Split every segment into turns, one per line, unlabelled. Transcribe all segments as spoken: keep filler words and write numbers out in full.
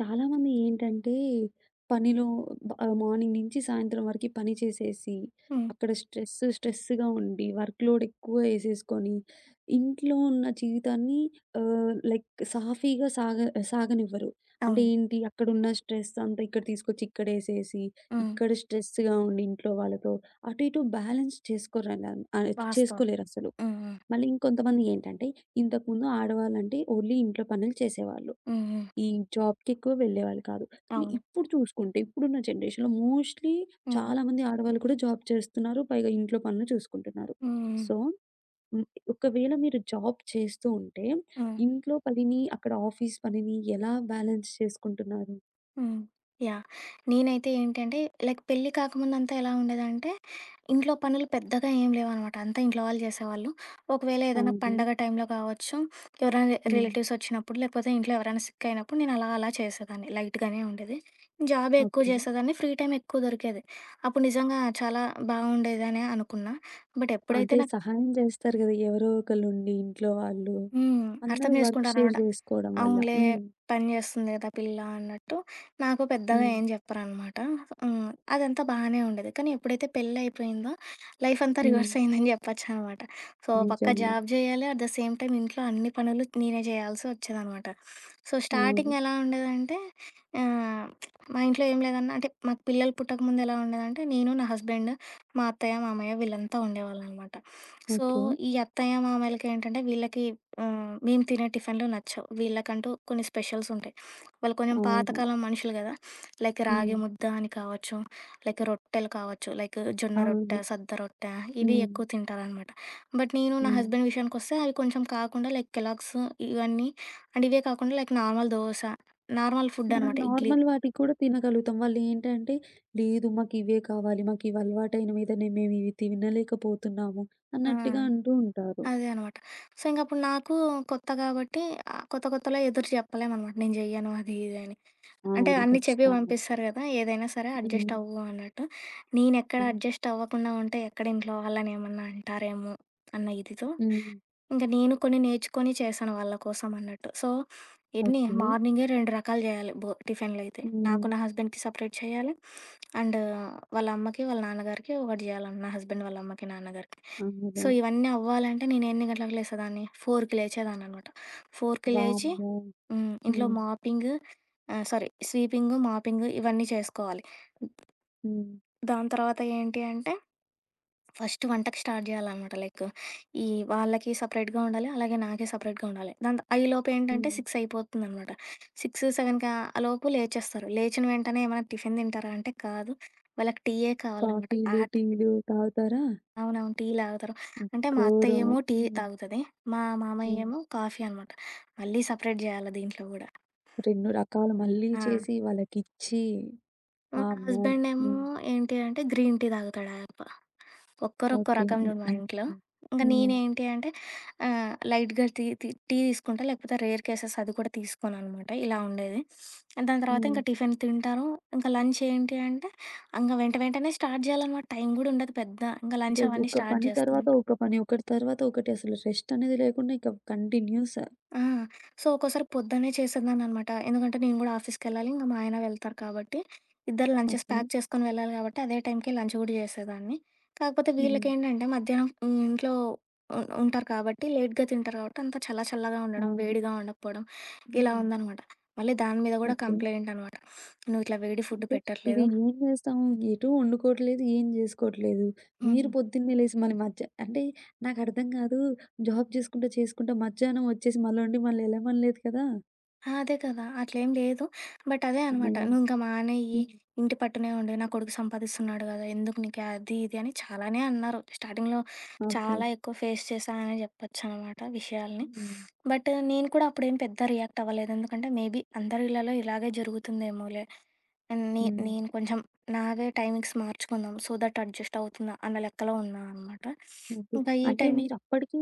చాలామంది ఏంటంటే, పనిలో బ మార్నింగ్ నుంచి సాయంత్రం వరకి పని చేసేసి,
హ్మ్.
అక్కడ స్ట్రెస్ స్ట్రెస్‌గా ఉండి, వర్క్ లోడ్ ఎక్కువ ఏసేసుకొని, ఇంట్లో ఉన్న జీవితాన్ని ఆహ్, లైక్ సాఫీగా సాగ సాగనివ్వరు. అంటే
అవును.
ఏంటి, అక్కడున్న స్ట్రెస్ అంతా ఇక్కడ తీసుకొచ్చి ఇక్కడేసేసి,
హ్మ్.
ఇక్కడ స్ట్రెస్‌గా ఉండి ఇంట్లో వాళ్ళతో, అటు ఇటు బ్యాలెన్స్ చేసుకోరలా ఆహ్,
వాస్తవం.
చేసుకోలేరసలు.
హ్మ్. హ్మ్.
మళ్ళీ ఇంకొంతమంది ఏంటంటే, ఇంతకుముందు ఆడవాళ్ళంటే ఓన్లీ ఇంట్లో పనులు చేసేవాళ్ళు.
హ్మ్. హ్మ్.
ఈ జాబ్‌కి ఎక్కువ వెళ్ళేవాళ్ళు కాదు. కానీ
అవును.
ఇప్పుడు చూసుకుంటే ఇప్పుడున్న జనరేషన్‌లో మోస్ట్‌లీ
హ్మ్.
చాలామంది ఆడవాళ్ళు కూడా జాబ్ చేస్తున్నారు. పైగా ఇంట్లో పనులు చూసుకుంటున్నారు.
హ్మ్.
సో, హ్మ్. ఒకవేళ మీరు జాబ్ చేస్తూ ఉంటే
హ్మ్.
ఇంట్లో పనిని, అక్కడ ఆఫీస్ పనిని ఎలా బ్యాలెన్స్ చేసుకుంటున్నారు?
హ్మ్. యాహ్! నేనైతే ఏంటంటే లైక్ పెళ్లి కాకముందంతా ఎలా ఉండేదంటే, ఇంట్లో పనులు పెద్దగా ఏం లేవనమాట. అంతా ఇంట్లో వాళ్ళు చేసేవాళ్ళు. ఒకవేళ ఏదైనా
అవును.
పండగ టైంలో కావచ్చు, ఎవరైనా
హ్మ్.
రిలేటివ్స్ వచ్చినప్పుడు, లేకపోతే ఇంట్లో ఎవరైనా సిక్ అయినప్పుడు నేను అలా అలా చేసేదాన్ని. లైట్‌గానే ఉండేది. జాబే ఎక్కువ
ఓకే.
చేసేదాన్ని. ఫ్రీ టైమ్ ఎక్కువ దొరికేది. అప్పుడు నిజంగా చాలా బాగుండేదనే అనుకున్నా. బట్ ఎప్పుడైతే
అంటే
నాకు
సహాయం చేస్తారు గదా! ఎవరో ఒకళ్ళుండి ఇంట్లో వాళ్ళు.
హ్మ్. అర్థం
అందరూ వర్క్ షేర్
చేసుకుంటారనమాట.
చేసుకోవడం వల్ల.
అవునులే
హ్మ్.
పని చేస్తుంది కదా పిల్ల అన్నట్టు. నాకు పెద్దగా
హ్మ్.
ఏం చెప్పరనమాట. హ్మ్. అదంతా బానే ఉండేది. కానీ ఎప్పుడైతే పెళ్ళయిపోయిందో లైఫ్ అంతా
హ్మ్.
రివర్స్ అయిందని చెప్పొచ్చనమాట. సో, ఓ పక్క
నిజంగా.
జాబ్ జేయాలి. అట్ ద సేమ్ టైమ్ ఇంట్లో అన్ని పనులు నేనే జేయాల్సి వచ్చేదనమాట. సో,
అవును.
స్టార్టింగ్ ఎలా ఉండేదంటే ఆహ్, మా ఇంట్లో ఏం లేదన్నా అంటే మాకు పిల్లలు పుట్టకముందు ఎలా ఉండేదంటే నేను, నా హస్బెండ్, మా అత్తయ్య, మామయ్య వీళ్ళంతా ఉండేవాళ్ళనమాట. So,
okay.
ఈ అత్తయ్య, మామయ్యలకేంటంటే వీళ్ళకి హ్మ్, మేము తినే టిఫిన్‌లు నచ్చవు. వీళ్ళకంటూ కొన్ని స్పెషల్స్ ఉంటాయి. వాళ్ళు కొంచెం
అవును.
పాతకాలం మనుషులు గదా! లైక్
హ్మ్.
రాగి ముద్ద అని కావచ్చు, లైక్ రొట్టెలు కావచ్చు, లైక్ జొన్న రొట్టె,
అవును.
సద్ద రొట్టె ఇవి
హ్మ్.
ఎక్కువ తింటారనమాట. బట్ నేను నా
హ్మ్.
హస్బెండ్ విషయానికొస్తే అవి కొంచెం కాకుండా లైక్ కెలాగ్స్ ఇవన్నీ అండ్ ఇవే కాకుండా like normal dosa, normal food
మనం
అనమాట. ఇడ్లీ.
నార్మల్ వాటికి కూడా తినగలుగుతాం. వాళ్ళేంటంటే, లేదు మాకివే కావాలి, మాకివలవాటైన మీదనే మేమివి తినలేకపోతున్నాము
ఆ!
అన్నట్టుగా అంటూ ఉంటారు.
అదే అనమాట. సో, ఇంకప్పుడు నాకు కొత్త కాబట్టి ఆహ్, కొత్త కొత్తలో ఎదురు చెప్పలేమనమాట. నేను జెయ్యను అది ఇది అని. అంటే
అవును.
అన్నీ చెప్పి
ఖచ్చితంగా.
పంపిస్తారు గదా! ఏదైనా సరే
హ్మ్.
అడ్జస్ట్ అవ్వు అన్నట్టు. నేనెక్కడ
హ్మ్.
అడ్జస్ట్ అవ్వకుండా ఉంటే ఎక్కడ ఇంట్లో వాళ్ళనేమన్నా అంటారేమో అన్న ఇదితో,
హ్మ్.
ఇంక నేను కొన్ని నేర్చుకొని చేశాను వాళ్ళ కోసం అన్నట్టు. సో, ఎన్ని
ఓకే.
మార్నింగే రెండు రకాలు జేయాలి భో టిఫిన్‌లయితే. నాకు,
హ్మ్.
నా హస్బెండ్‌కి సెపరేట్ చేయాలి. అండ్ వాళ్ళ అమ్మకి, వాళ్ళ నాన్నగారికి ఒకటి జేయాలన్న నా హస్బెండ్ వాళ్ళ అమ్మకి, నాన్నగారికి. సో,
అవును.
ఇవన్నీ అవ్వాలంటే నేను ఎన్ని గంటలకు లేసేదాన్ని, నాలుగుకి లేచేదాన్ననమాట. నాలుగుకి లేచి
వామ్మో!
హ్మ్, ఇంట్లో
హ్మ్.
మాపింగ్ ఆహ్, సారీ స్వీపింగు, మాపింగు ఇవన్నీ చేసుకోవాలి.
హ్మ్.
దాని తర్వాత ఏంటి అంటే ఫస్ట్ వంటకి స్టార్ట్ జేయాలనమాట. లైక్ ఈ వాళ్ళకి సెపరేట్‌గా ఉండాలి. అలాగే నాకే సెపరేట్‌గా ఉండాలి. దాన్ ఈలోపు ఏంటంటే
హ్మ్.
ఆరు అయిపోతుందనమాట. ఆరు, ఏడు ఆలోపు లేచేస్తారు. లేచిన వెంటనే ఏమైనా టిఫిన్ తింటారా అంటే కాదు. వాళ్ళకి టీయే కావాలనమాట.
కాఫీలు,
ఆహ్,
టీలు తాగుతారా?
అవునవును. టీ తాగుతారు.
హ్మ్.
అంటే మా
ఘోరం.
అత్తయ్యేమో టీ
హ్మ్.
తాగుతది. మా
హ్మ్.
మామయ్యేమో కాఫీ అనమాట. మళ్ళీ సెపరేట్ జేయాలి దీంట్లో గూడా.
రెండు రకాలు మళ్ళీ
ఆ!
చేసి వాళ్ళకిచ్చి
మా
వామ్మో!
హస్బెండ్ ఏమో
హ్మ్.
ఏంటి అంటే గ్రీన్ టీ తాగుతాడు. ఆయప్ప. ఒక్కరు ఒక్కో
ఓకే.
రకం
హ్మ్.
చూడు మా
ఓకే.
ఇంట్లో. ఇంక
హ్మ్.
నేనేంటి అంటే ఆహ్, లైట్‌గా టీ టీ టీ తీసుకుంటా. లేకపోతే రేర్ కేసెస్ అది కూడా తీసుకోననమాట. ఇలా ఉండేది. దాని తర్వాత
హ్మ్.
ఇంకా టిఫిన్ తింటాను. ఇంకా లంచ్ ఏంటి అంటే ఇంక వెంట వెంటనే స్టార్ట్ చేయాలనమాట. టైం కూడా ఉండదు పెద్ద. ఇంక
ఇక
లంచ్ అవన్నీ
ఒక
స్టార్ట్
పని
చేస్తాను.
తర్వాత ఒక పని, ఒకటి తర్వాత ఒకటి అసలు రెస్ట్ అనేది లేకుండా ఇక కంటిన్యూస్.
ఆ! సో, ఒక్కోసారి పొద్దున్నే చేసేదాన్ననమాట. ఎందుకంటే నేను గూడా ఆఫీస్‌కెళ్ళాలి. ఇంక మా ఆయన వెళ్తారు కాబట్టి, ఇద్దరు లంచెస్
ఓకే.
ప్యాక్ చేసుకొని వెళ్ళాలి కాబట్టి, అదే టైంకి లంచ్ గూడా చేసేదాన్ని. కాకపోతే
హ్మ్.
వీళ్ళకేంటంటే మధ్యాహ్నం హ్మ్, ఇంట్లో ఉం ఉంటారు కాబట్టి, లేట్‌గా తింటారు కాబట్టి, అంతా చల్ల చల్లగా ఉండడం,
అవును.
వేడిగా ఉండకపోవడం ఇలా
హ్మ్.
ఉందనమాట. మళ్ళీ దాని మీద గూడా
ఓకే.
కంప్లెయింట్ అనమాట. "నువ్వు ఇట్లా వేడి ఫుడ్
అంటే ఇక
పెట్టట్లేదు."
ఏం చేస్తాము? ఎటూ వండుకోవట్లేదు, ఏం చేసుకోవట్లేదు. మీరు
హ్మ్.
పొద్దున్నే లేసి మళ్ళీ మధ్య అంటే నాకు అర్థం కాదు. జాబ్ చేసుకుంటా, చేసుకుంటా మధ్యాహ్నం వచ్చేసి మళ్ళొండి మళ్ళీ ఎళ్ళమనలేదు కదా!
ఆ! అదే కదా! అట్లేం లేదు. బట్ అదే అనమాట.
అమ్మయ్య!
"నువ్వింక మానేయి,
హ్మ్.
ఇంటి పట్టునే ఉండు. నా కొడుకు సంపాదిస్తున్నాడు గదా! ఎందుకు నీకు అది, ఇది" అని చాలానే అన్నారు. స్టార్టింగ్‌లో
ఓకే.
చాలా ఎక్కువ ఫేస్ చేశా అనే చెప్పొచ్చనమాట విషయాల్ని.
హ్మ్.
బట్ నేను కూడా అప్పుడేం పెద్ద రియాక్ట్ అవ్వలేదు. ఎందుకంటే మేబీ అందరి ఇళ్లలో ఇలాగే జరుగుతుందేమోలే. అండ్ నే
హ్మ్.
నేను కొంచెం నావే టైమింగ్స్ మార్చుకుందాం. సో దట్ అడ్జస్ట్ అవుతున్నా అన్న లెక్కలో ఉన్నా అనమాట.
ఓకే.
ఇంకా ఈ
అంటే
టైం
మీరప్పడికి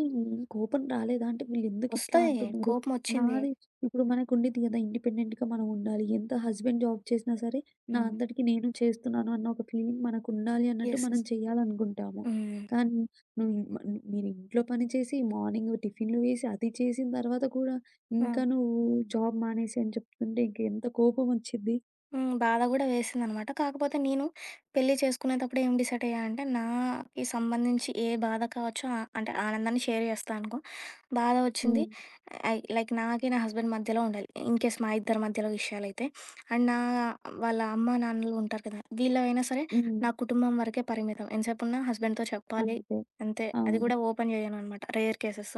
కోపం రాలేదా? అంటే వీళ్ళెందుకిట్లా
వస్తాయి
అంటున్నారు?
కోపమొచ్చింది.
నాది ఇప్పుడు మనకుండిద్ది గదా! ఇండిపెండెంట్‌గా మనం ఉండాలి. ఎంత హస్బెండ్ జాబ్ చేసినా సరే, నా
హ్మ్.
అంతటికి నేను చేస్తున్నాను అన్న ఒక ఫీలింగ్ మనకుండాలి అన్నట్టు
యెస్.
మనం
యెస్.
చెయ్యాలనుకుంటాము.
హ్మ్. హ్మ్.
కానీ నువ్వు ఇ మ ను- మీరు ఇంట్లో పని చేసి, మార్నింగ్ టిఫిన్‌లు వేసి, అది చేసిన తర్వాత కూడా
ఆ!
ఇంకా నువ్వు జాబ్ మానేసేయి అని చెప్తుంటే ఇంకెంత కోపమొచ్చిద్ది.
హ్మ్. బాధ గూడా వేసిందనమాట. కాకపోతే నేను పెళ్లి చేసుకునేటప్పుడు ఏం డిసైడ్ అయ్యా అంటే, నాకి సంబంధించి ఏ బాధ కావచ్చు ఆహ్, అంటే ఆనందాన్ని షేర్ చేస్తా అనుకో. బాధ
హ్మ్.
వచ్చింది ఐ లైక్ నాకి, నా హస్బెండ్ మధ్యలో ఉండాలి. ఇన్‌కేస్ మా ఇద్దరి మధ్యలో విషయాలైతే. అండ్ నా వాళ్ళ అమ్మ, నాన్నలు ఉంటారు కదా! వీళ్ళవైనా సరే
హ్మ్.
నా కుటుంబం వరకే పరిమితం. ఎంతసేపున్నా హస్బెండ్‌తో చెప్పాలి
అంతే.
అంతే. అది
అవును.
గూడా ఓపెన్ జేయననమాట. Rare cases.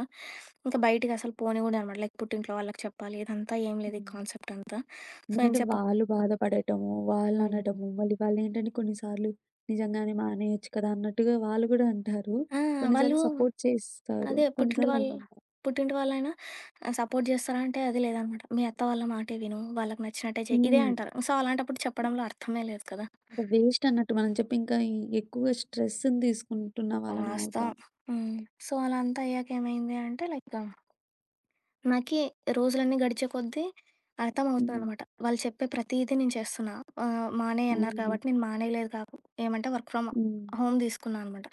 ఇంకా బయటికసలు పోనివ్వననమాట. లైక్ పుట్టింట్లో వాళ్ళకి చెప్పాలి. ఇదంతా ఏం లేదు ఈ
హ్మ్.
కాన్సెప్ట్ అంతా. సో,
ఎందుకంటే
ఎంతసేపు
వాళ్ళు బాధపడటము,
హ్మ్.
వాళ్ళనటము, మళ్ళీ వాళ్ళేంటంటే కొన్నిసార్లు నిజంగానే మానేయొచ్చు కదా! అన్నట్టుగా వాళ్ళు గూడా అంటారు.
ఆ!
కొన్నిసార్లు
వాళ్ళు
సపోర్ట్ చేస్తారు.
అదే పుట్టింటి
కొన్నిసార్లు అలా
వాళ్ళు పుట్టింటి వాళ్ళైనా ఆహ్, సపోర్ట్ చేస్తారా అంటే, అది లేదనమాట. మీ అత్త వాళ్ళ మాటే విను, వాళ్ళకి నచ్చినట్టే చెయి. ఇదే
హ్మ్.
అంటారు. సో, అలాంటప్పుడు చెప్పడంలో అర్థమే లేదు కదా!
ఇంక వేస్ట్ అన్నట్టు మనం చెప్పి ఇంకా ఈ- ఎక్కువగా స్ట్రెస్‌ని తీసుకుంటున్న వాళ్ళలం అవుతాం.
వాస్తవం. హ్మ్. సో, అలా అంతా అయ్యాక ఏమైంది అంటే లైక్ నాకి రోజులన్నీ గడిచే కొద్దీ
హ్మ్.
అర్థమవుతుందనమాట. వాళ్ళు చెప్పే ప్రతీదీ నేను చేస్తున్నా. ఆహ్, మానేయి అన్నారు
అవును.
కాబట్టి నేను మానేయలేదు కాకు ఏమంటే వర్క్ ఫ్రమ్
హ్మ్.
హోమ్ తీసుకున్నా అనమాట.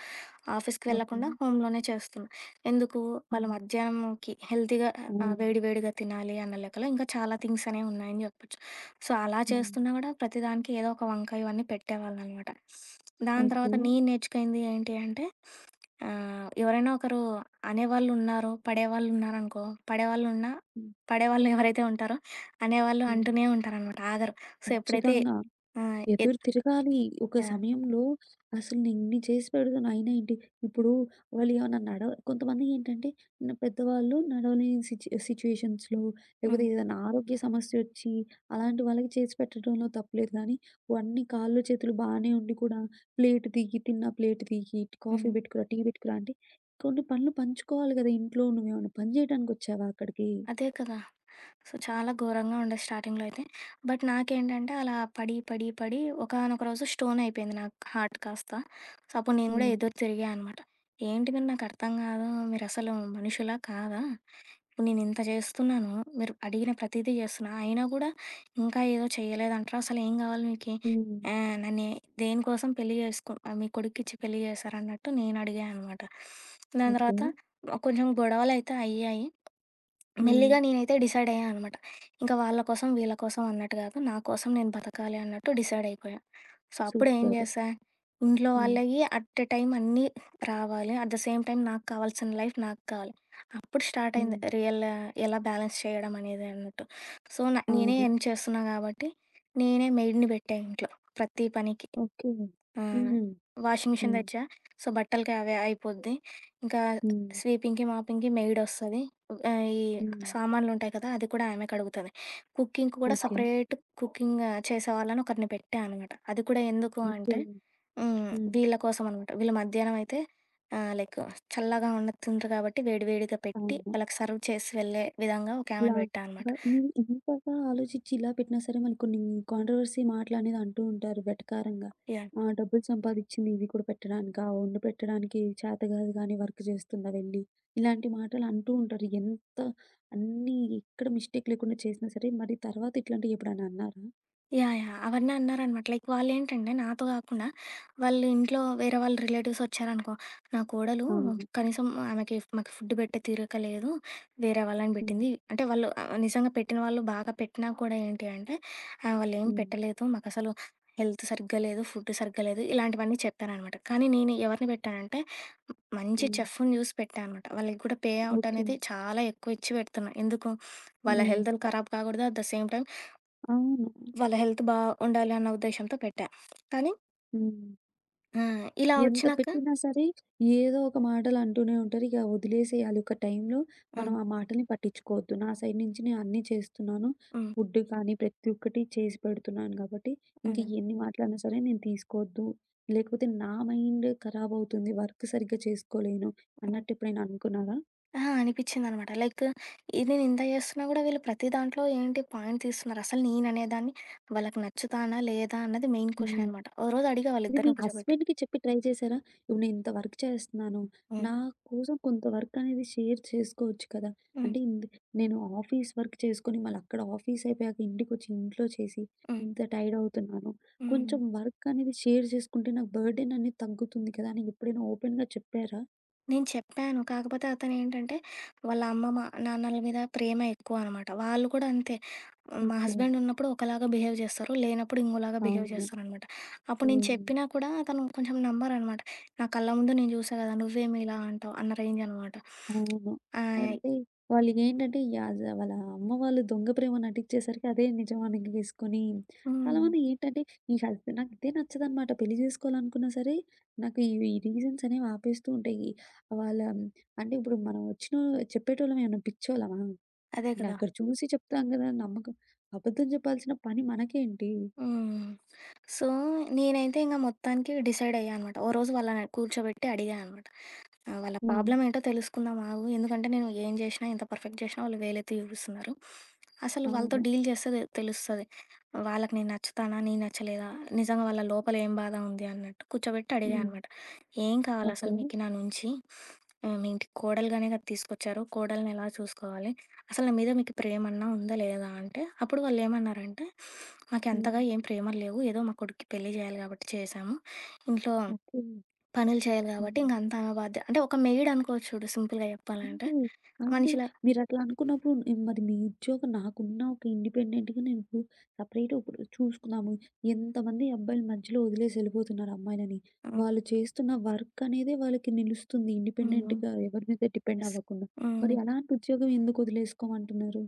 ఆఫీస్‌కి
ఓకే.
వెళ్ళకుండా హోమ్‌లోనే చేస్తున్నా. ఎందుకు వాళ్ళు
హ్మ్.
మధ్యాహ్నంకి హెల్తీగా ఆహ్,
అవును.
వేడి వేడిగా తినాలి అన్న లెక్కలో ఇంకా చాలా థింగ్స్ అనేవి ఉన్నాయని చెప్పొచ్చు. సో, అలా
హ్మ్.
చేస్తున్నా కూడా ప్రతిదానికి ఏదో ఒక వంక ఇవన్నీ పెట్టేవాళ్ళనమాట. దాని
ఓకే.
తర్వాత నేను నేర్చుకుంది ఏంటి అంటే ఆహ్, ఎవరైనా ఒకరు అనేవాళ్ళున్నారు, పడేవాళ్ళున్నారనుకో, పడేవాళ్ళున్నా పడేవాళ్ళు ఉన్నా
హ్మ్.
పడేవాళ్ళు ఎవరైతే ఉంటారో అనేవాళ్ళు
హ్మ్.
అంటూనే ఉంటారనమాట. ఆగరు. సో, ఎప్పుడైతే
ఖచ్చితంగా.
ఆహ్, ఎత్
ఎదురు తిరగాలి. ఒక
యాహ్!
సమయంలో అసలు నేనిన్ని చేసి పెడుతున్నా అయినా ఏంటి, ఇప్పుడు వాళ్ళు ఏమన్నా నడవ కొంతమంది ఏంటంటే న పెద్దవాళ్ళు నడవలేని సిట్యు సిట్యుయేషన్స్‌లో
హ్మ్.
లేకపోతే ఏదైనా ఆరోగ్య సమస్యొచ్చి అలాంటి వాళ్ళకి చేసి పెట్టడంలో తప్పులేదు గానీ, అన్ని కాళ్ళు, చేతులు బానే ఉండి కూడా ప్లేట్ తీయి, తిన్నా ప్లేట్ తీయి, కాఫీ
హ్మ్.
పెట్టుకురా, టీ పెట్టుకురా అంటే కొన్ని పనులు పంచుకోవాలి గదా! ఇంట్లో నువ్వేమన్నా పని జేయడానికొచ్చావా అక్కడికి?
అదే కదా! సో, చాలా ఘోరంగా ఉండేది స్టార్టింగ్‌లో అయితే. బట్ నాకేంటంటే అలా పడి, పడి, పడి ఒకానొక రోజు స్టోన్ అయిపోయింది నాకు హార్ట్ కాస్త. సో, అప్పుడు నేను గూడా
హ్మ్.
ఎదురు తిరిగా అనమాట. ఏంటి మీరు నాకర్థం గాదు. మీరసలు మనుషులా కాదా? ఇప్పుడు నేను ఇంత చేస్తున్నాను. మీరు అడిగిన ప్రతీదీ చేస్తున్నా. అయినా గూడా ఇంకా ఏదో చేయలేదంటారు. అసలు ఏం గావాలి మీకి?
హ్మ్.
ఆహ్, నన్నే దేనికోసం పెళ్లి చేసుకో ఆహ్, మీ కొడుకిచ్చి పెళ్లి చేశారన్నట్టు నేను అడిగా అనమాట. దాని
ఓకే.
తర్వాత కొంచెం గొడవలైతే అయ్యాయి.
హ్మ్.
మెల్లిగా నేనైతే డిసైడ్ అయ్యా అనమాట. ఇంకా వాళ్ళ కోసం, వీళ్ళ కోసం అన్నట్టు గాదు. నా కోసం నేను బతకాలి అన్నట్టు డిసైడ్ అయిపోయా. సో, అప్పుడు ఏం
సూపర్.
చేశా, ఇంట్లో
హ్మ్.
వాళ్ళయి అట్ ఎ టైమ్ అన్నీ రావాలి. అట్ ద సేమ్ టైమ్ నాకు కావాల్సిన లైఫ్ నాకు కావాలి. అప్పుడు స్టార్ట్
హ్మ్.
అయింది రియల్ ఎలా బ్యాలెన్స్ చేయడం అనేది అన్నట్టు. సో, న నేనే
అవును.
ఎర్న్ చేస్తున్నా గాబట్టి, నేనే మెయిడ్‌ని పెట్టా ఇంట్లో ప్రతి పనికి.
ఓకే.
ఆ!
హుహు.
వాషింగ్ మిషన్
హ్మ్.
తెచ్చా. సో, బట్టలకి అవే అయిపోద్ది. ఇంకా
హ్మ్.
స్వీపింగ్‌కి, మాపింగ్‌కి మెయిడొస్తది. ఆహ్, ఈ
హ్మ్.
సామాన్లుంటాయి కదా! అది కూడా ఆమె కడుగుతది. కుకింగ్‌కి కూడా
ఓకే.
సెపరేట్ కుకింగ్ చేసేవాళ్ళని ఒకరిని పెట్టా అనమాట. అది కూడా ఎందుకు
ఓకే.
అంటే హ్మ్,
హ్మ్.
వీళ్ళ కోసం అనమాట. వీళ్ళు మధ్యాహ్నం అయితే ఆహ్, లైక్ చల్లగా ఉన్న తినరు కాబట్టి వేడి వేడిగా పెట్టి
అవును.
వాళ్ళకి సర్వ్ చేసి వెళ్ళే విధంగా
ఇలా
ఒకామెను పెట్టా అనమాట.
మీరు ఇంతగా ఆలోచించి ఇలా పెట్టినా సరే మనకు కొన్ని కాంట్రోవర్సీ మాటలనేది అంటూ ఉంటారు వెటకారంగా.
యాహ్!
ఆ! డబ్బులు సంపాదిచ్చింది ఇవి కూడా పెట్టడానికా? వండి పెట్టడానికి చేత కాదు గానీ వర్క్ చేస్తుందా వెళ్ళి? ఇలాంటి మాటలు అంటూ ఉంటారు. ఎంత అన్నీ ఎక్కడ మిస్టేక్ లేకుండా చేసినా సరే మరి తర్వాత ఇట్లాంటివి ఎప్పుడైనా అన్నారా?
యాహ్! యాహ్! అవన్నీ అన్నారనమాట. లైక్ వాళ్ళేంటంటే నాతో కాకుండా, వాళ్ళు ఇంట్లో వేరే వాళ్ళ రిలేటివ్స్ వచ్చారనుకో, నా కోడలు
అవును.
కనీసం ఆమెకి మాకు ఫుడ్ పెట్టే తీరిక లేదు, వేరే వాళ్ళని
హ్మ్.
పెట్టింది. అంటే వాళ్ళు ఆహ్, నిజంగా పెట్టిన వాళ్ళు బాగా పెట్టినా కూడా ఏంటి అంటే, ఆహ్, వాళ్ళేం
హ్మ్.
పెట్టలేదు, మాకసలు హెల్త్ సరిగ్గా లేదు, ఫుడ్ సరిగ్గా లేదు, ఇలాంటివన్నీ చెప్పాననమాట. కానీ నేను ఎవరిని పెట్టానంటే, మంచి
హ్మ్.
చెఫ్‌ని చూసి పెట్టా అనమాట. వాళ్ళకి కూడా పే ఔట్
ఓకే.
అనేది చాలా ఎక్కువ ఇచ్చి పెడుతున్నా. ఎందుకు? వాళ్ళ
హ్మ్.
హెల్తులు ఖరాబ్ కాకూడదు. అట్ ద సేమ్ టైమ్
అవును.
వాళ్ళ హెల్త్ బా ఉండాలి అన్న ఉద్దేశ్యంతో పెట్టా. కానీ
హ్మ్.
ఆ! ఇలా
ఎంత
వచ్చినాక
పెట్టినా సరే, ఏదో ఒక మాటలు అంటూనే ఉంటారు. ఇక వదిలేసేయాలి ఒక టైంలో మనం
హ్మ్.
ఆ మాటల్ని పట్టించుకోవద్దు. నా సైడ్ నుంచి నేను అన్నీ చేస్తున్నాను.
హ్మ్.
ఫుడ్ కానీ ప్రతి ఒక్కటి చేసి పెడుతున్నాను కాబట్టి, ఇంక
హ్మ్.
ఎన్ని మాటలన్నా సరే నేను తీసుకోవద్దు. లేకపోతే నా మైండ్ ఖరాబవుతుంది. వర్క్ సరిగ్గా చేసుకోలేను
హ్మ్.
అన్నట్టు ఎప్పుడైనా అనుకున్నారా?
అహా! అనిపిచ్చిందనమాట. లైక్ ఇది నేను ఇంత చేస్తున్నా కూడా వీళ్ళు ప్రతి దాంట్లో ఏంటి పాయింట్ తీస్తున్నారు. అసలు నేననేదాన్ని వాళ్ళకి నచ్చుతానా? లేదా? అన్నది మెయిన్ క్వెషన్
హ్మ్.
అనమాట. ఓ రోజు అడిగా
ఇది మీ
వాళ్ళిద్దరిని కూర్చోబెట్టి.
హస్బెండ్‌కి చెప్పి ట్రై చేశారా? ఇప్పుడు నేను ఇంత వర్క్ చేస్తున్నాను.
హ్మ్.
నా కోసం కొంత వర్క్ అనేది షేర్ చేసుకోవచ్చు కదా!
హ్మ్.
అంటే ఇంద్ నేను ఆఫీస్ వర్క్ చేసుకొని మళ్ళీ అక్కడ ఆఫీస్ అయిపోయాక ఇంటికొచ్చి ఇంట్లో చేసి
హ్మ్.
ఇంత టైర్డ్ అవుతున్నాను.
హ్మ్.
కొంచెం వర్క్ అనేది షేర్ చేసుకుంటే నాకు బర్డెన్ అనేది తగ్గుతుంది కదా! అని ఎప్పుడైనా ఓపెన్‌గా చెప్పారా?
నేను చెప్పాను. కాకపోతే అతనేంటంటే, వాళ్ళ అమ్మమ్మ, నాన్నల మీద ప్రేమ ఎక్కువనమాట. వాళ్ళు కూడా అంతే. మా
ఓకే.
హస్బెండ్ ఉన్నప్పుడు ఒకలాగా బిహేవ్ చేస్తారు. లేనప్పుడు ఇంకోలాగా బిహేవ్
అవును.
చేస్తారనమాట. అప్పుడు నేను
హ్మ్.
చెప్పినా కూడా అతను కొంచెం నమ్మరనమాట. నా కళ్ళ ముందు నేను చూసా కదా! నువ్వేమి ఇలా అంటావు? అన్న రేంజ్ అనమాట.
అవును.
ఆహ్,
అంటే వాళ్ళకేంటంటే యాజ్ వాళ్ళ అమ్మ వాళ్ళు దొంగ ప్రేమ నటించేసరికి అదే నిజమని గీసుకొని
హ్మ్.
చాలామంది ఏంటంటే ఈ హస్బె నాకు ఇదే నచ్చదనమాట. పెళ్లి చేసుకోవాలనుకున్నా సరే నాకు ఇవి ఈ రీజన్స్ అనేవి ఆపేస్తూ ఉంటాయి. వాళ్ళ అంటే ఇప్పుడు మనం వచ్చిన చెప్పేటోళ్ళం ఏమన్నా పిచ్చోళ్ళమా?
అదే
అంటే
కదా!
అక్కడ చూసి చెప్తాం కదా! నమ్మకం అబద్ధం చెప్పాల్సిన పని మనకేంటి?
హ్మ్. సో, నేనైతే ఇంక మొత్తానికి డిసైడ్ అయ్యా అనమాట. ఓ రోజు వాళ్ళని కూర్చోబెట్టి అడిగా అనమాట. ఆ! వాళ్ళ
హ్మ్.
ప్రాబ్లమ్ ఏంటో తెలుసుకుందాం ఆగు. ఎందుకంటే నేను ఏం జేషినా, ఎంత పర్ఫెక్ట్ జేషినా వాళ్ళు వేలెత్తి చూపిస్తున్నారు. అసలు వాళ్ళతో
అవును.
డీల్ చేస్తే దె తెలుస్తది. వాళ్ళకి నేను నచ్చుతానా? నేను నచ్చలేదా? నిజంగా వాళ్ళ లోపల ఏం బాధ ఉంది అన్నట్టు కూర్చోబెట్టి అడిగా
హ్మ్.
అనమాట. "ఏం
ఓకే.
కావాలసలు మీకు నా నుంచి? ఆహ్, మీ ఇంటికి కోడలుగానే కదా తీసుకొచ్చారు. కోడల్ని ఎలా చూసుకోవాలి? అసలు నా మీద మీకు ప్రేమన్నా ఉందా లేదా?" అంటే అప్పుడు వాళ్ళేమన్నారంటే, "మాకు
హ్మ్.
అంతగా ఏం ప్రేమలు లేవు. ఏదో మా కొడుక్కి పెళ్లి జేయాలి కాబట్టి చేశాము. ఇంట్లో
ఓకే.
పనులు చేయాలి కాబట్టి
హ్మ్.
ఇంక అంతా ఆమె బాధ్య" అంటే ఒక మెయిడ్ అనుకోవచ్చు చూడు సింపుల్‌గా చెప్పాలంటే.
అంతే. అంటే
మనిషిలా
మీరట్లా అనుకున్నప్పుడు హ్మ్, మరి మీ ఉద్యోగం నాకున్న ఒక ఇండిపెండెంట్‌గా నేను ఇప్పుడు సెపరేట్‌గా ఇప్పుడు చూసుకున్నాము. ఎంతమంది అబ్బాయిలు మధ్యలో వదిలేసి ఎళ్ళిపోతున్నారు అమ్మాయిలని.
హ్మ్.
వాళ్ళు చేస్తున్న వర్క్ అనేదే వాళ్ళకి నిలుస్తుంది
హ్మ్. హ్మ్.
ఇండిపెండెంట్‌గా ఎవరి మీద డిపెండ్
యెస్.
అవ్వకుండా. మరి
హ్మ్.
అలాంటి ఉద్యోగం ఎందుకు వదిలేసుకోమంటున్నారు?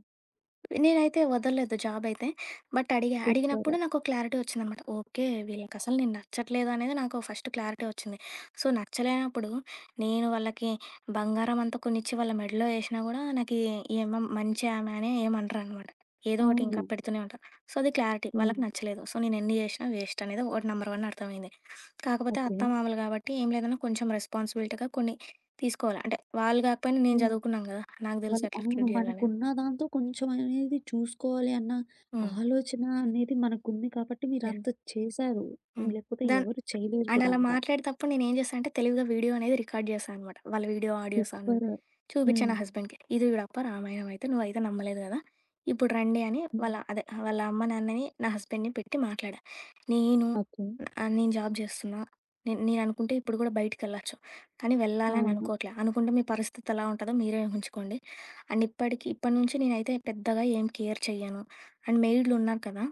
నేనైతే వదలలేదు జాబైతే. బట్ అడిగా.
సూపర్.
అడిగినప్పుడు నాకో క్లారిటీ వచ్చిందనమాట. ఓకే. వీళ్ళకసలు నేను నచ్చట్లేదు అనేది నాకు ఫస్ట్ క్లారిటీ వచ్చింది. సో, నచ్చలేనప్పుడు నేను వాళ్ళకి బంగారం అంతా కొనిచ్చి వాళ్ళ మెడలో ఏసినా గూడా నాకు ఈమె మంచి ఆమె అని ఏమి అనరనమాట. ఏదో ఒకటి
అవును.
ఇంకా పెడుతూనే ఉంటారు. సో, అది క్లారిటీ. వాళ్ళకి
హ్మ్.
నచ్చలేదు. సో, నేను ఎన్ని చేసినా వేస్ట్ అనేది ఒకటి నంబర్ వన్ అర్థమైంది. కాకపోతే
ఓకే.
అత్తమామలు కాబట్టి ఏం లేదన్నా కొంచెం రెస్పాన్సిబిలిటీగా కొన్ని తీసుకోవాలి. అంటే వాళ్ళు గాకపోయినా నేను
హ్మ్.
చదువుకున్నాను గదా! నాకు తెలుసు
వాళ్ళు
ఎట్లా
అవును.
ట్రీట్ చేయాలనేది.
మనకున్న దాంతో కొంచెం అనేది చూసుకోవాలి అన్న
హ్మ్.
ఆలోచన అనేది మనకుంది కాబట్టి
యాహ్!
మీరంత చేశారు.
హ్మ్.
లేకపోతే
దాన్
ఎవరు చేయలేరు
అండ్
కూడా
అలా
అంత.
మాట్లాడేతప్పుడు నేనేం చేశా అంటే తెలివిగా వీడియో అనేది రికార్డ్ చేశా అనమాట. వాళ్ళ వీడియో, ఆడియోస్ అన్నీ.
సూపర్.
చూపిచ్చా
హ్మ్.
నా హస్బెండ్‌కి. ఇది చూడప్పా రామాయణం అయితే నువ్వైతే నమ్మలేదు గదా! ఇప్పుడు రండి అని
హ్మ్.
వాళ్ళ అదే వాళ్ళ అమ్మ, నాన్నని, నా హస్బెండ్‌ని పెట్టి మాట్లాడా. నేను
ఓకే.
ఆహ్, నేను జాబ్ చేస్తున్నా. నేను నేననుకుంటే ఇప్పుడు గూడా బయటికెళ్ళొచ్చు. కానీ వెళ్ళాలని
అవును.
అనుకోవట్లే. అనుకుంటే మీ పరిస్థితి ఎలా ఉంటదో మీరే ఊహించుకోండి. అండ్ ఇప్పటికి ఇప్పటి నుంచి నేనైతే పెద్దగా ఏం కేర్ చెయ్యను. అండ్ మెయిడ్లున్నారు కదా!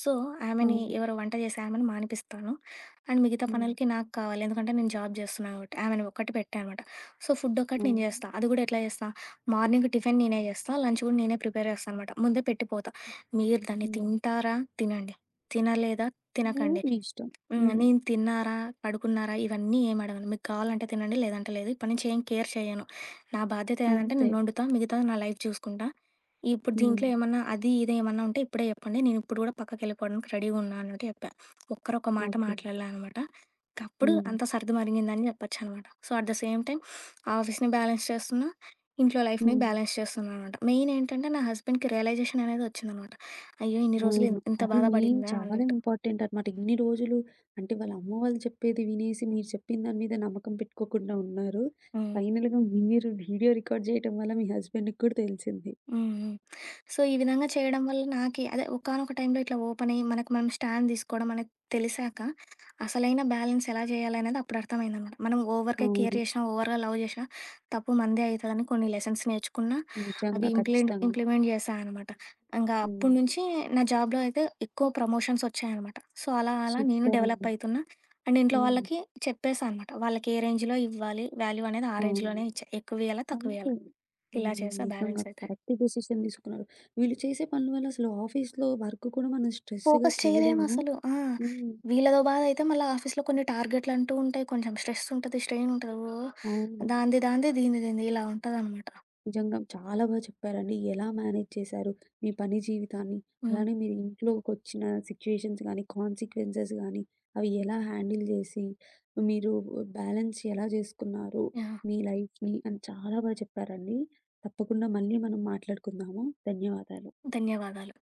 సో, ఆమెని హ్మ్,
అవును.
ఎవరో వంట చేసే ఆమెని మానిపిస్తాను. అండ్ మిగతా
హ్మ్.
పనులకి నాకు కావాలి. ఎందుకంటే నేను జాబ్ చేస్తున్నా కాబట్టి. ఆమెని ఒక్కటి పెట్టా అనమాట. సో, ఫుడ్ ఒక్కటి నేను
అవును.
చేస్తా. అది కూడా ఎట్లా చేస్తా, మార్నింగ్ టిఫిన్ నేనే చేస్తా. లంచ్ కూడా నేనే ప్రిపేర్ చేస్తా అనమాట. ముందే పెట్టిపోతా. మీరు దాన్ని
హ్మ్.
తింటారా? తినండి. తినలేదా?
లేదు
తినకండి.
మీ ఇష్టం.
హ్మ్.
హ్మ్.
నేను తిన్నారా? పడుకున్నారా? ఇవన్నీ ఏమి అడగను. మీకు కావాలంటే తినండి. లేదంటే లేదు. ఇప్పటి నుంచి ఏం కేర్ చేయను. నా బాధ్యత ఏదంటే
అంతే.
నేను వండుతా. మిగతాది నా లైఫ్ చూసుకుంటా. ఇప్పుడు
హ్మ్.
దీంట్లో ఏమన్నా అది, ఇది ఏమన్నా ఉంటే ఇప్పుడే చెప్పండి. నేను ఇప్పుడు కూడా పక్కకెళ్ళిపోవడానికి రెడీగా ఉన్నా అన్నట్టు చెప్పా. ఒక్కరు ఒక మాట
ఓకే.
మాట్లాడలే అనమాట. అప్పుడు
హ్మ్.
అంతా సర్ది మరిగిందని చెప్పొచ్చనమాట. So, at the same time ఆఫీస్‌ని బ్యాలెన్స్ చేస్తున్నా. ఇంట్లో లైఫ్‌ని
హ్మ్.
బ్యాలెన్స్ చేస్తున్నా అనమాట. మెయిన్ ఏంటంటే నా హస్బెండ్‌కి రియలైజేషన్ అనేది వచ్చిందనమాట. అయ్యో! ఇన్ని రోజులు
అవును.
ఇంత
అది
బాధ
మెయిన్
పడిందా
చాలా
అన్నట్టు.
ఇంపార్టెంట్ అన్నమాట. ఇన్ని రోజులు అంటే వాళ్ళ అమ్మ వాళ్ళు చెప్పేది వినేసి మీరు చెప్పిన దాని మీద నమ్మకం పెట్టుకోకుండా ఉన్నారు.
హ్మ్.
ఫైనల్‌గా మీరు వీడియో రికార్డ్ చేయటం వల్ల మీ హస్బెండ్‌కి కూడా తెలిసింది.
హ్మ్. హ్మ్. సో, ఈ విధంగా చేయడం వల్ల నాకి అదే ఒకానొక టైంలో ఇట్లా ఓపెన్ అయ్యి, మనకు మనం స్టాండ్ తీసుకోవడం అనేది తెలిసాక, అసలైన బ్యాలెన్స్ ఎలా చేయాలనేది అప్పుడు అర్థమైందనమాట. మనం ఓవర్‌గా కేర్
అవును.
చేషినా, ఓవర్‌గా లవ్ చేషినా తప్పు మనదే అయితదని కొన్ని లెసన్స్ నేర్చుకున్నా, అవి
నిజంగా
ఇంప్లిమెంట్
ఖచ్చితంగా.
ఇంప్లిమెంట్ చేశా అనమాట. ఇంగా
హ్మ్.
అప్పటి నుంచి నా జాబ్‌లో అయితే ఎక్కువ ప్రమోషన్స్ వచ్చాయనమాట. సో, అలా అలా నేను
సూపర్
డెవలప్
అండి.
అయితున్నా. అండ్ ఇంట్లో
హ్మ్.
వాళ్ళకి చెప్పేసా అనమాట. వాళ్ళకి ఏ రేంజ్‌లో ఇవ్వాలి, వాల్యూ అనేది ఆ
అవును.
రేంజ్‌లోనే ఇచ్చా. ఎక్కువియ్యాలా,
అంతే.
తక్కువియ్యాలా ఇలా
హ్మ్.
చేశా
నిజంగా
బ్యాలెన్స్ అయితే.
కరెక్ట్ డెసిషన్ తీసుకున్నారు. వీళ్ళు చేసే పనుల వల్ల అసలు ఆఫీస్‌లో వర్క్ కూడా మనం స్ట్రెస్‌గా
ఫోకస్
చేయలేము.
చేయలేమసలు. ఆ!
హ్మ్.
వీళ్ళదో బాధ అయితే మళ్ళా ఆఫీస్‌లో కొన్ని టార్గెట్‌లంటూ ఉంటాయి. కొంచెం స్ట్రెస్ ఉంటది. స్ట్రెయిన్ ఉంటది. ఓహ్!
అవును.
దాంది దాంది, దీంది దీంది ఇలా ఉంటదనమాట.
నిజంగా చాలా బాగా చెప్పారండి. ఎలా మేనేజ్ చేశారు మీ పని జీవితాన్ని?
హ్మ్.
అలానే మీరు ఇంట్లోకొచ్చిన సిట్యుయేషన్స్ గానీ, కాన్సిక్వెన్సెస్ గానీ, అవి ఎలా హ్యాండిల్ చేసి, మీరు బ్యాలెన్స్ ఎలా చేసుకున్నారు
యాహ్!
మీ లైఫ్‌ని అని చాలా బాగా చెప్పారండి. తప్పకుండా మళ్ళీ మనం మాట్లాడుకుందాము. ధన్యవాదాలు.
ధన్యవాదాలు.